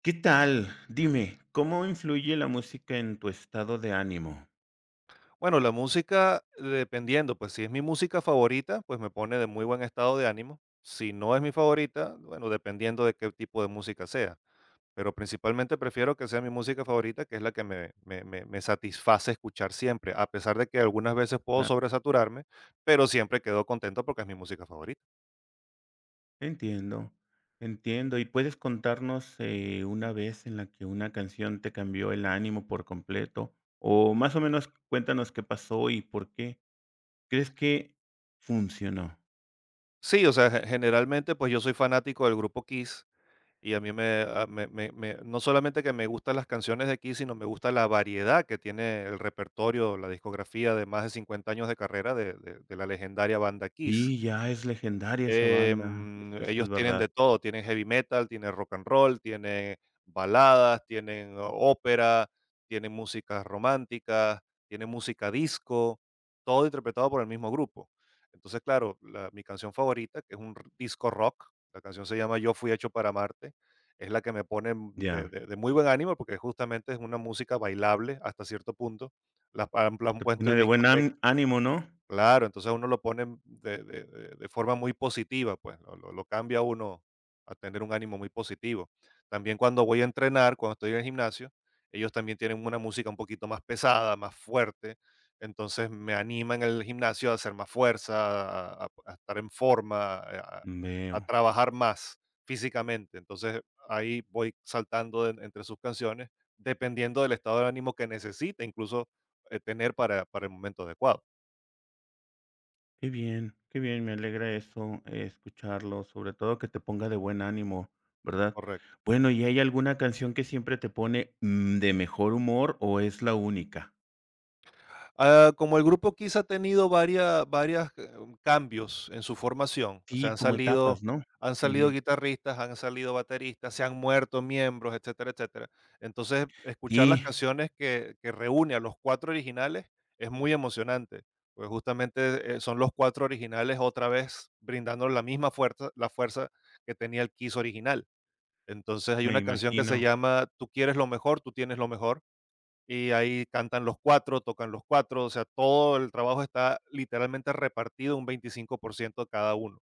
¿Qué tal? Dime, ¿cómo influye la música en tu estado de ánimo? Bueno, la música, dependiendo, pues si es mi música favorita, pues me pone de muy buen estado de ánimo. Si no es mi favorita, bueno, dependiendo de qué tipo de música sea. Pero principalmente prefiero que sea mi música favorita, que es la que me satisface escuchar siempre, a pesar de que algunas veces puedo Claro, sobresaturarme, pero siempre quedo contento porque es mi música favorita. entiendo, entiendo. ¿Y puedes contarnos, una vez en la que una canción te cambió el ánimo por completo? O más o menos cuéntanos qué pasó y por qué. ¿Crees que funcionó? Sí, o sea, generalmente pues yo soy fanático del grupo Kiss. Y a mí me, a- me- me- me- no solamente que me gustan las canciones de aquí, sino me gusta la variedad que tiene el repertorio, la discografía de más de 50 años de carrera de la legendaria banda Kiss. Y ya es legendaria esa banda, eso es Ellos tienen verdad. de todo, tienen heavy metal, tienen rock and roll, tienen baladas, tienen ópera, tienen músicas románticas, tienen música disco, todo interpretado por el mismo grupo. Entonces, claro, mi canción favorita, que es un disco rock, la canción se llama Yo fui hecho para Marte, es la que me pone Ya, de muy buen ánimo porque justamente es una música bailable hasta cierto punto. La han te puesto pone en de buen discotecas. Ánimo, ¿no? Claro, entonces uno lo pone de forma muy positiva, pues, lo cambia uno a tener un ánimo muy positivo. También cuando voy a entrenar, cuando estoy en el gimnasio, ellos también tienen una música un poquito más pesada, más fuerte, entonces me anima en el gimnasio a hacer más fuerza, a estar en forma, a Veo. trabajar más físicamente. Entonces ahí voy saltando de entre sus canciones, dependiendo del estado de ánimo que necesite, incluso, tener para el momento adecuado, Qué bien, me alegra eso, escucharlo, sobre todo que te ponga de buen ánimo, ¿verdad? correcto. Bueno, ¿y hay alguna canción que siempre te pone, de mejor humor o es la única? Como el grupo Kiss ha tenido varias, varias, cambios en su formación, o sea, Sí, como etapas, ¿no? han salido Ujú. guitarristas, han salido bateristas, se han muerto miembros, etcétera, etcétera. Entonces, escuchar las Sí, canciones que reúne a los 4 originales es muy emocionante, pues, justamente, son los 4 originales otra vez brindando la misma fuerza la fuerza que tenía el Kiss original. Entonces, hay me una canción que se imagino. llama Tú quieres lo mejor, tú tienes lo mejor, y ahí cantan los cuatro, tocan los cuatro, o sea, todo el trabajo está literalmente repartido un 25% a cada uno.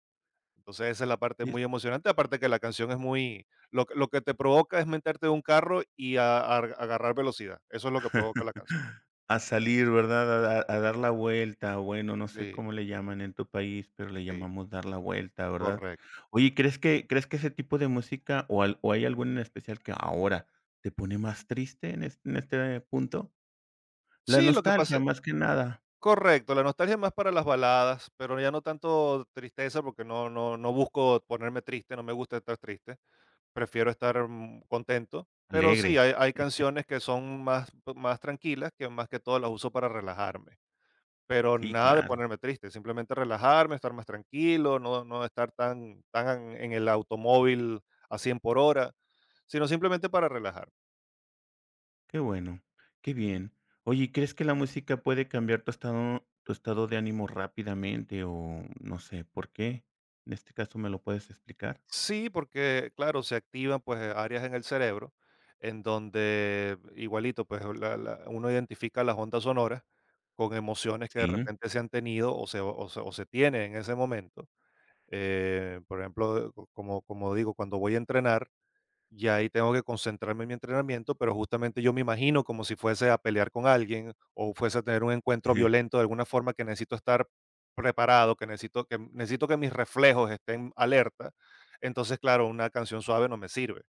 Entonces esa es la parte muy emocionante, aparte que la canción es muy, lo que te provoca es meterte en un carro y agarrar velocidad, eso es lo que provoca la canción. A salir, ¿verdad? A dar la vuelta, bueno, no sé Sí, cómo le llaman en tu país, pero le sí, llamamos dar la vuelta, ¿verdad? correcto. Oye, ¿crees que ese tipo de música o hay alguna en especial que ahora te pone más triste en este punto? La Sí, lo que pasa, nostalgia, más que nada. correcto, la nostalgia es más para las baladas, pero ya no tanto tristeza porque no, no, no busco ponerme triste, no me gusta estar triste. Prefiero estar, contento, pero sí, Alegre. hay canciones que son más más tranquilas, que más que todo las uso para relajarme, pero Sí, nada de claro. ponerme triste, simplemente relajarme, estar más tranquilo, no estar tan en el automóvil a 100 por hora, sino simplemente para relajar. Qué bueno, qué bien. Oye, ¿y crees que la música puede cambiar tu estado de ánimo rápidamente o no sé por qué? En este caso, ¿me lo puedes explicar? Sí, porque claro, se activan, pues, áreas en el cerebro en donde igualito, pues, la uno identifica las ondas sonoras con emociones que de Sí. repente se han tenido o se tiene en ese momento. Por ejemplo, co como como digo, cuando voy a entrenar, y ahí tengo que concentrarme en mi entrenamiento, pero justamente yo me imagino como si fuese a pelear con alguien o fuese a tener un encuentro violento de alguna forma que necesito estar preparado, necesito que mis reflejos estén alerta. Entonces, claro, una canción suave no me sirve.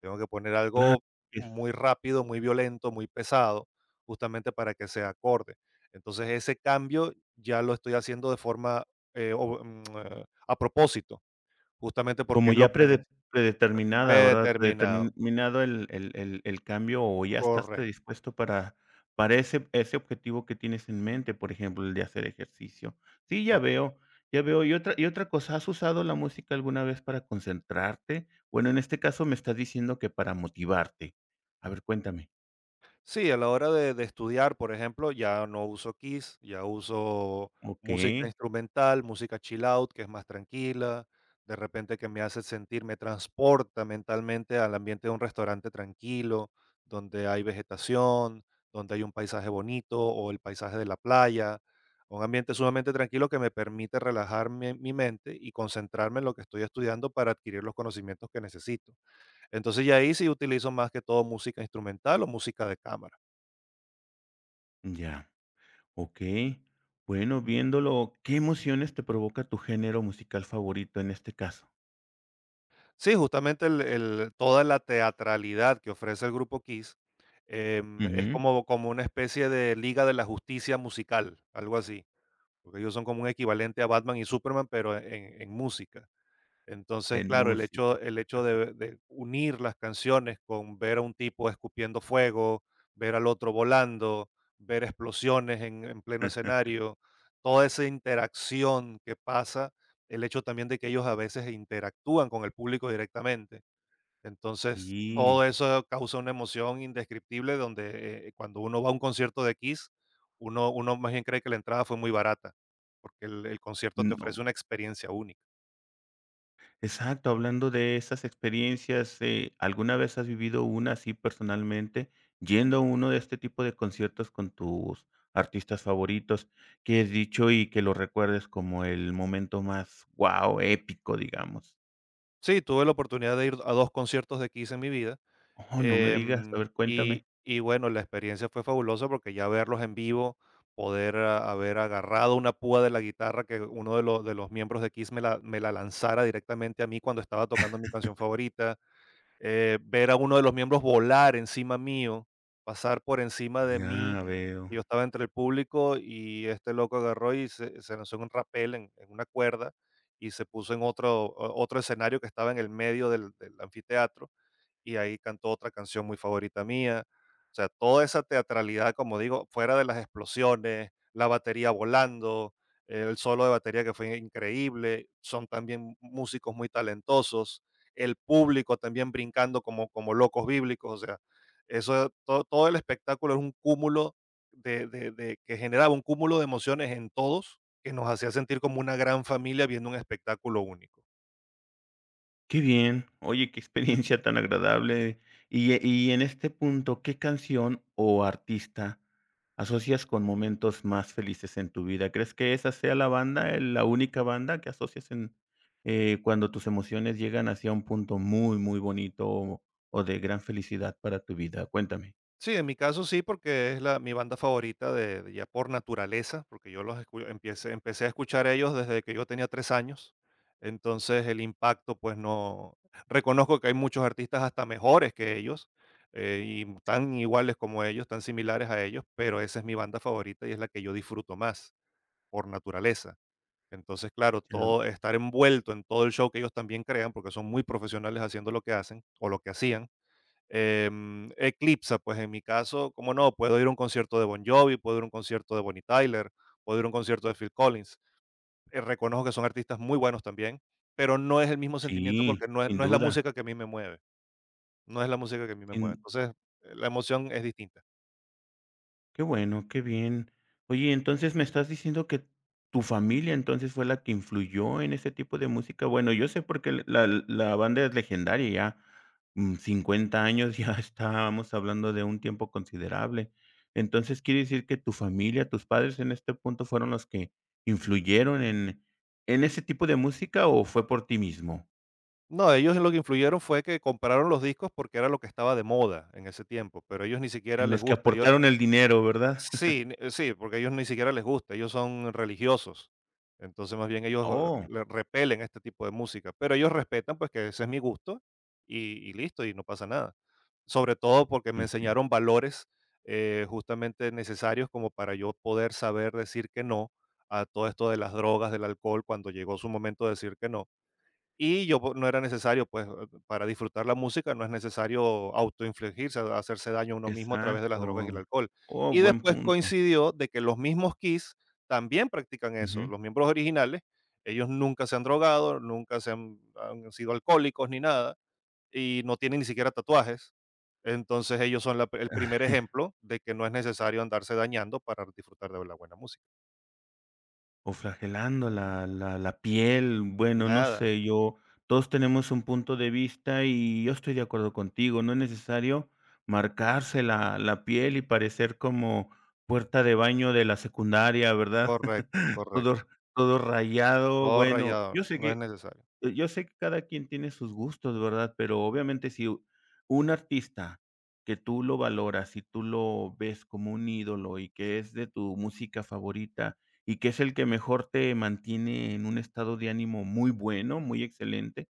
Tengo que poner Claro, algo es muy rápido, muy violento, muy pesado, justamente para que sea acorde. Entonces, ese cambio ya lo estoy haciendo de forma a propósito, justamente porque como es lo que necesito predeterminada, ¿verdad? predeterminado. Predeterminado el cambio, o ya estás Correcto, predispuesto para ese objetivo que tienes en mente, por ejemplo, el de hacer ejercicio. Sí, ya correcto. veo, ya veo. Y otra cosa, ¿has usado la música alguna vez para concentrarte? Bueno, en este caso me estás diciendo que para motivarte. A ver, cuéntame. Sí, a la hora de estudiar, por ejemplo, ya no uso Kiss, ya uso música Okey, instrumental, música chill out, que es más tranquila, de repente que me hace sentir, me transporta mentalmente al ambiente de un restaurante tranquilo, donde hay vegetación, donde hay un paisaje bonito o el paisaje de la playa, un ambiente sumamente tranquilo que me permite relajar mi mente y concentrarme en lo que estoy estudiando para adquirir los conocimientos que necesito. Entonces, ya ahí sí utilizo más que todo música instrumental o música de cámara. ya, okey. Bueno, viéndolo, ¿qué emociones te provoca tu género musical favorito en este caso? Sí, justamente el toda la teatralidad que ofrece el grupo Kiss, es como una especie de Liga de la Justicia musical, algo así, porque ellos son como un equivalente a Batman y Superman, pero en música. Entonces, En claro, música. el hecho de unir las canciones con ver a un tipo escupiendo fuego, ver al otro volando, ver explosiones en pleno escenario, toda esa interacción que pasa, el hecho también de que ellos a veces interactúan con el público directamente. Entonces, Sí, todo eso causa una emoción indescriptible donde, cuando uno va a un concierto de Kiss, uno más bien cree que la entrada fue muy barata, porque el concierto te ofrece no. una experiencia única. Exacto, hablando de esas experiencias, ¿alguna vez has vivido una así personalmente, yendo a uno de este tipo de conciertos con tus artistas favoritos, que has dicho y que lo recuerdes como el momento más, wow, épico, digamos? Sí, tuve la oportunidad de ir a 2 conciertos de Kiss en mi vida, Oh, no me digas, a em, ver, y cuéntame. y bueno, la experiencia fue fabulosa porque ya verlos en vivo, poder ha haber agarrado una púa de la guitarra que uno de los miembros de Kiss me la lanzara directamente a mí cuando estaba tocando mi canción favorita, ver a uno de los miembros volar encima mío, pasar por encima de mí. Ya veo. Yo estaba entre el público y este loco agarró y se lanzó en un rapel, en una cuerda, y se puso en otro, otro escenario que estaba en el medio del anfiteatro y ahí cantó otra canción muy favorita mía. O sea, toda esa teatralidad, como digo, fuera de las explosiones, la batería volando, el solo de batería que fue increíble, son también músicos muy talentosos, el público también brincando como locos bíblicos, o sea, eso, todo, todo el espectáculo es un cúmulo que generaba un cúmulo de emociones en todos que nos hacía sentir como una gran familia viendo un espectáculo único. Qué bien. Oye, qué experiencia tan agradable. Y en este punto, ¿qué canción o artista asocias con momentos más felices en tu vida? ¿Crees que esa sea la banda, la única banda que asocias en cuando tus emociones llegan hacia un punto muy, muy bonito o de gran felicidad para tu vida? Cuéntame. Sí, en mi caso sí, porque es la, mi banda favorita de ya por naturaleza, porque yo los empecé a escuchar ellos desde que yo tenía 3 años. Entonces el impacto, pues no. Reconozco que hay muchos artistas hasta mejores que ellos y tan iguales como ellos, tan similares a ellos, pero esa es mi banda favorita y es la que yo disfruto más por naturaleza. Entonces, claro, Ah, todo estar envuelto en todo el show que ellos también crean, porque son muy profesionales haciendo lo que hacen o lo que hacían eclipsa, pues en mi caso, como no, puedo ir a un concierto de Bon Jovi, puedo ir a un concierto de Bonnie Tyler, puedo ir a un concierto de Phil Collins. Reconozco que son artistas muy buenos también, pero no es el mismo sentimiento sí, porque no es, sin no es la duda. música que a mí me mueve, no es la música que a mí me mueve. Sin Entonces, la emoción es distinta. qué bueno, qué bien. Oye, entonces me estás diciendo que tu familia entonces fue la que influyó en ese tipo de música. Bueno, yo sé porque la, la banda es legendaria, ya 50 años, ya estábamos hablando de un tiempo considerable. Entonces quiere decir que tu familia, tus padres en este punto fueron los que influyeron en ese tipo de música o fue por ti mismo, No, ellos lo que influyeron fue que compraron los discos porque era lo que estaba de moda en ese tiempo, pero a ellos ni siquiera en les los que gusta. aportaron el dinero, ¿verdad? Sí, ne sí, porque a ellos ni siquiera les gusta, ellos son religiosos. Entonces, más bien ellos Oh, le repelen este tipo de música, pero ellos respetan, pues, que ese es mi gusto y listo, y no pasa nada. Sobre todo porque me ujú, enseñaron valores, justamente necesarios como para yo poder saber decir que no a todo esto de las drogas, del alcohol, cuando llegó su momento de decir que no. Y yo po no era necesario, pues, para disfrutar la música no es necesario autoinfligirse, hacerse daño a uno mismo a través de las drogas y exacto. el alcohol. Oh, Y buen después punto. coincidió de que los mismos Kiss también practican eso, Ujú. los miembros originales, ellos nunca se han drogado, nunca se han sido alcohólicos ni nada, y no tienen ni siquiera tatuajes. Entonces, ellos son la el primer ejemplo de que no es necesario andarse dañando para disfrutar de la buena música. O flagelando la piel, bueno, no Nada, sé, yo todos tenemos un punto de vista y yo estoy de acuerdo contigo, no es necesario marcarse la piel y parecer como puerta de baño de la secundaria, ¿verdad? correcto, Todo correcto. Rayado, Todo bueno, rayado, no es necesario. Yo sé que cada quien tiene sus gustos, ¿verdad? Pero obviamente si u un artista que tú lo valoras y tú lo ves como un ídolo y que es de tu música favorita y que es el que mejor te mantiene en un estado de ánimo muy bueno, muy excelente,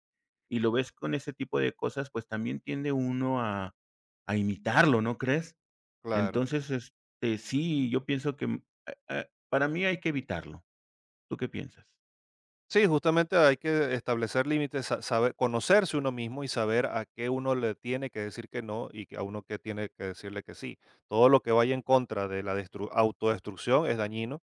y lo ves con ese tipo de cosas, pues también tiende uno a imitarlo, ¿no crees? Claro. Entonces, este, sí, yo pienso que, para mí hay que evitarlo. ¿Tú qué piensas? Sí, justamente hay que establecer límites, saber, conocerse uno mismo y saber a qué uno le tiene que decir que no y que a uno que tiene que decirle que sí. Todo lo que vaya en contra de la autodestrucción es dañino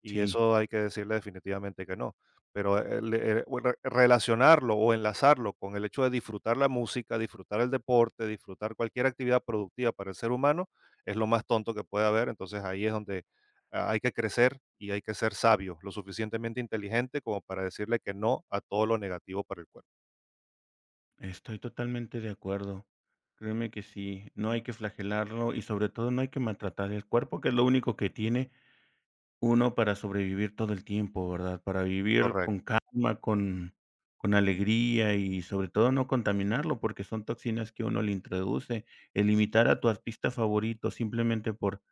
y Sí. eso hay que decirle definitivamente que no. Pero relacionarlo o enlazarlo con el hecho de disfrutar la música, disfrutar el deporte, disfrutar cualquier actividad productiva para el ser humano, es lo más tonto que puede haber. Entonces ahí es donde hay que crecer y hay que ser sabio, lo suficientemente inteligente como para decirle que no a todo lo negativo para el cuerpo. Estoy totalmente de acuerdo. Créeme que sí, no hay que flagelarlo y sobre todo no hay que maltratar el cuerpo, que es lo único que tiene, uno para sobrevivir todo el tiempo, ¿verdad? Para vivir con Correcto. calma, con alegría y sobre todo no contaminarlo, porque son toxinas que uno le introduce. El limitar a tu artista favorito simplemente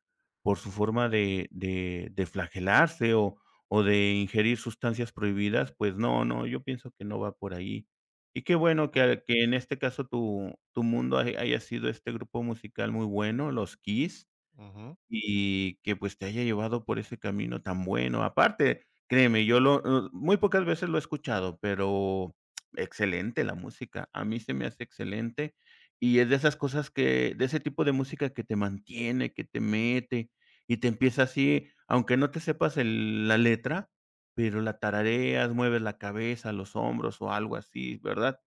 por su forma de flagelarse o de ingerir sustancias prohibidas, pues no, no, yo pienso que no va por ahí. Y qué bueno que que en este caso tu mundo ha haya sido este grupo musical muy bueno, los Kiss. Ujú. Y que, pues, te haya llevado por ese camino tan bueno. Aparte, créeme, yo lo muy pocas veces lo he escuchado, pero excelente la música. A mí se me hace excelente, y es de esas cosas que de ese tipo de música que te mantiene, que te mete, y te empieza así, aunque no te sepas el la letra, pero la tarareas, mueves la cabeza, los hombros o algo así, ¿verdad?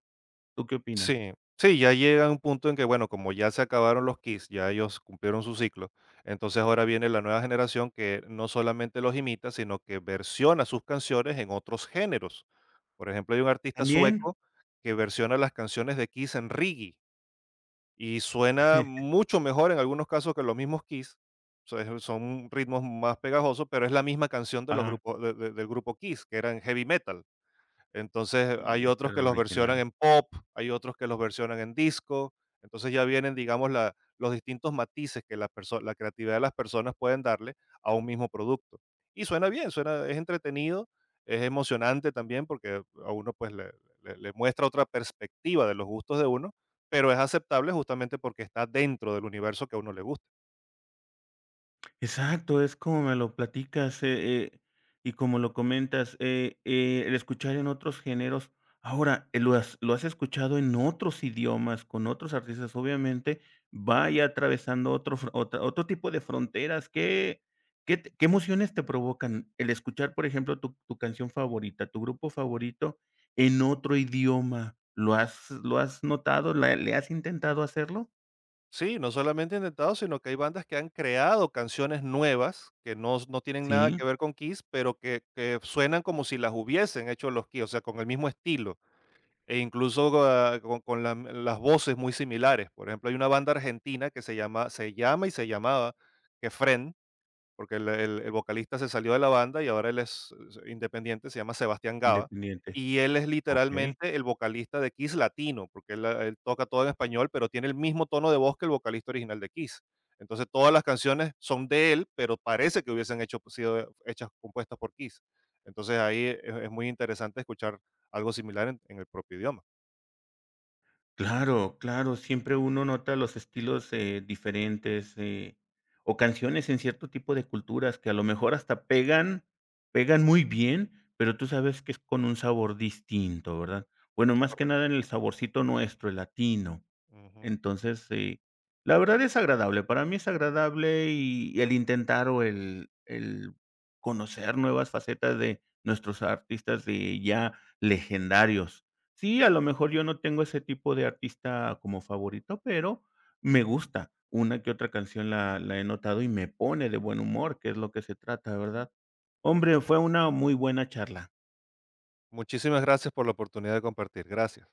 ¿Tú qué opinas? Sí, sí, ya llega un punto en que, bueno, como ya se acabaron los Kiss, ya ellos cumplieron su ciclo, entonces ahora viene la nueva generación que no solamente los imita, sino que versiona sus canciones en otros géneros. Por ejemplo, hay un artista ¿También? sueco que versiona las canciones de Kiss en reggae y suena mucho mejor en algunos casos que los mismos Kiss. O sea, son ritmos más pegajosos, pero es la misma canción de los Ah, grupos, del grupo Kiss, que eran heavy metal. Entonces sí, hay este otros era que el los versionan original. en pop, hay otros que los versionan en disco. Entonces ya vienen, digamos, los distintos matices que la, la creatividad de las personas pueden darle a un mismo producto. Y suena bien, suena, es entretenido, es emocionante también porque a uno pues le muestra otra perspectiva de los gustos de uno, pero es aceptable justamente porque está dentro del universo que a uno le gusta. Exacto, es como me lo platicas, y como lo comentas, el escuchar en otros géneros. Ahora, ¿ lo has escuchado en otros idiomas, con otros artistas? Obviamente, va ya atravesando otro fr otra otro tipo de fronteras, ¿qué te qué emociones te provocan el escuchar, por ejemplo, tu canción favorita, tu grupo favorito en otro idioma? ¿Lo has notado? ¿La le has intentado hacerlo? Sí, no solamente intentado, sino que hay bandas que han creado canciones nuevas que no tienen nada Sí, que ver con Kiss, pero que suenan como si las hubiesen hecho los Kiss, o sea, con el mismo estilo, e incluso ga con la las voces muy similares. Por ejemplo, hay una banda argentina que se llamaba Quefren porque el vocalista se salió de la banda y ahora él es independiente, se llama Sebastián Gaba, independiente, y él es okey. literalmente el vocalista de Kiss latino, porque él él toca todo en español, pero tiene el mismo tono de voz que el vocalista original de Kiss. Entonces, todas las canciones son de él, pero parece que hubiesen hecho sido hechas compuestas por Kiss. Entonces, ahí es muy interesante escuchar algo similar en el propio idioma. Claro, claro, siempre uno nota los estilos, diferentes, o canciones en cierto tipo de culturas que a lo mejor hasta pegan, pegan muy bien, pero tú sabes que es con un sabor distinto, ¿verdad? Bueno, más que Correcto. nada en el saborcito nuestro, el latino. Ujú. Entonces, sí, la verdad es agradable, para mí es agradable y el intentar o el conocer nuevas facetas de nuestros artistas de ya legendarios. Sí, a lo mejor yo no tengo ese tipo de artista como favorito, pero me gusta. Una que otra canción la he notado y me pone de buen humor, que es lo que se trata, ¿verdad? Hombre, fue una muy buena charla. Muchísimas gracias por la oportunidad de compartir. Gracias.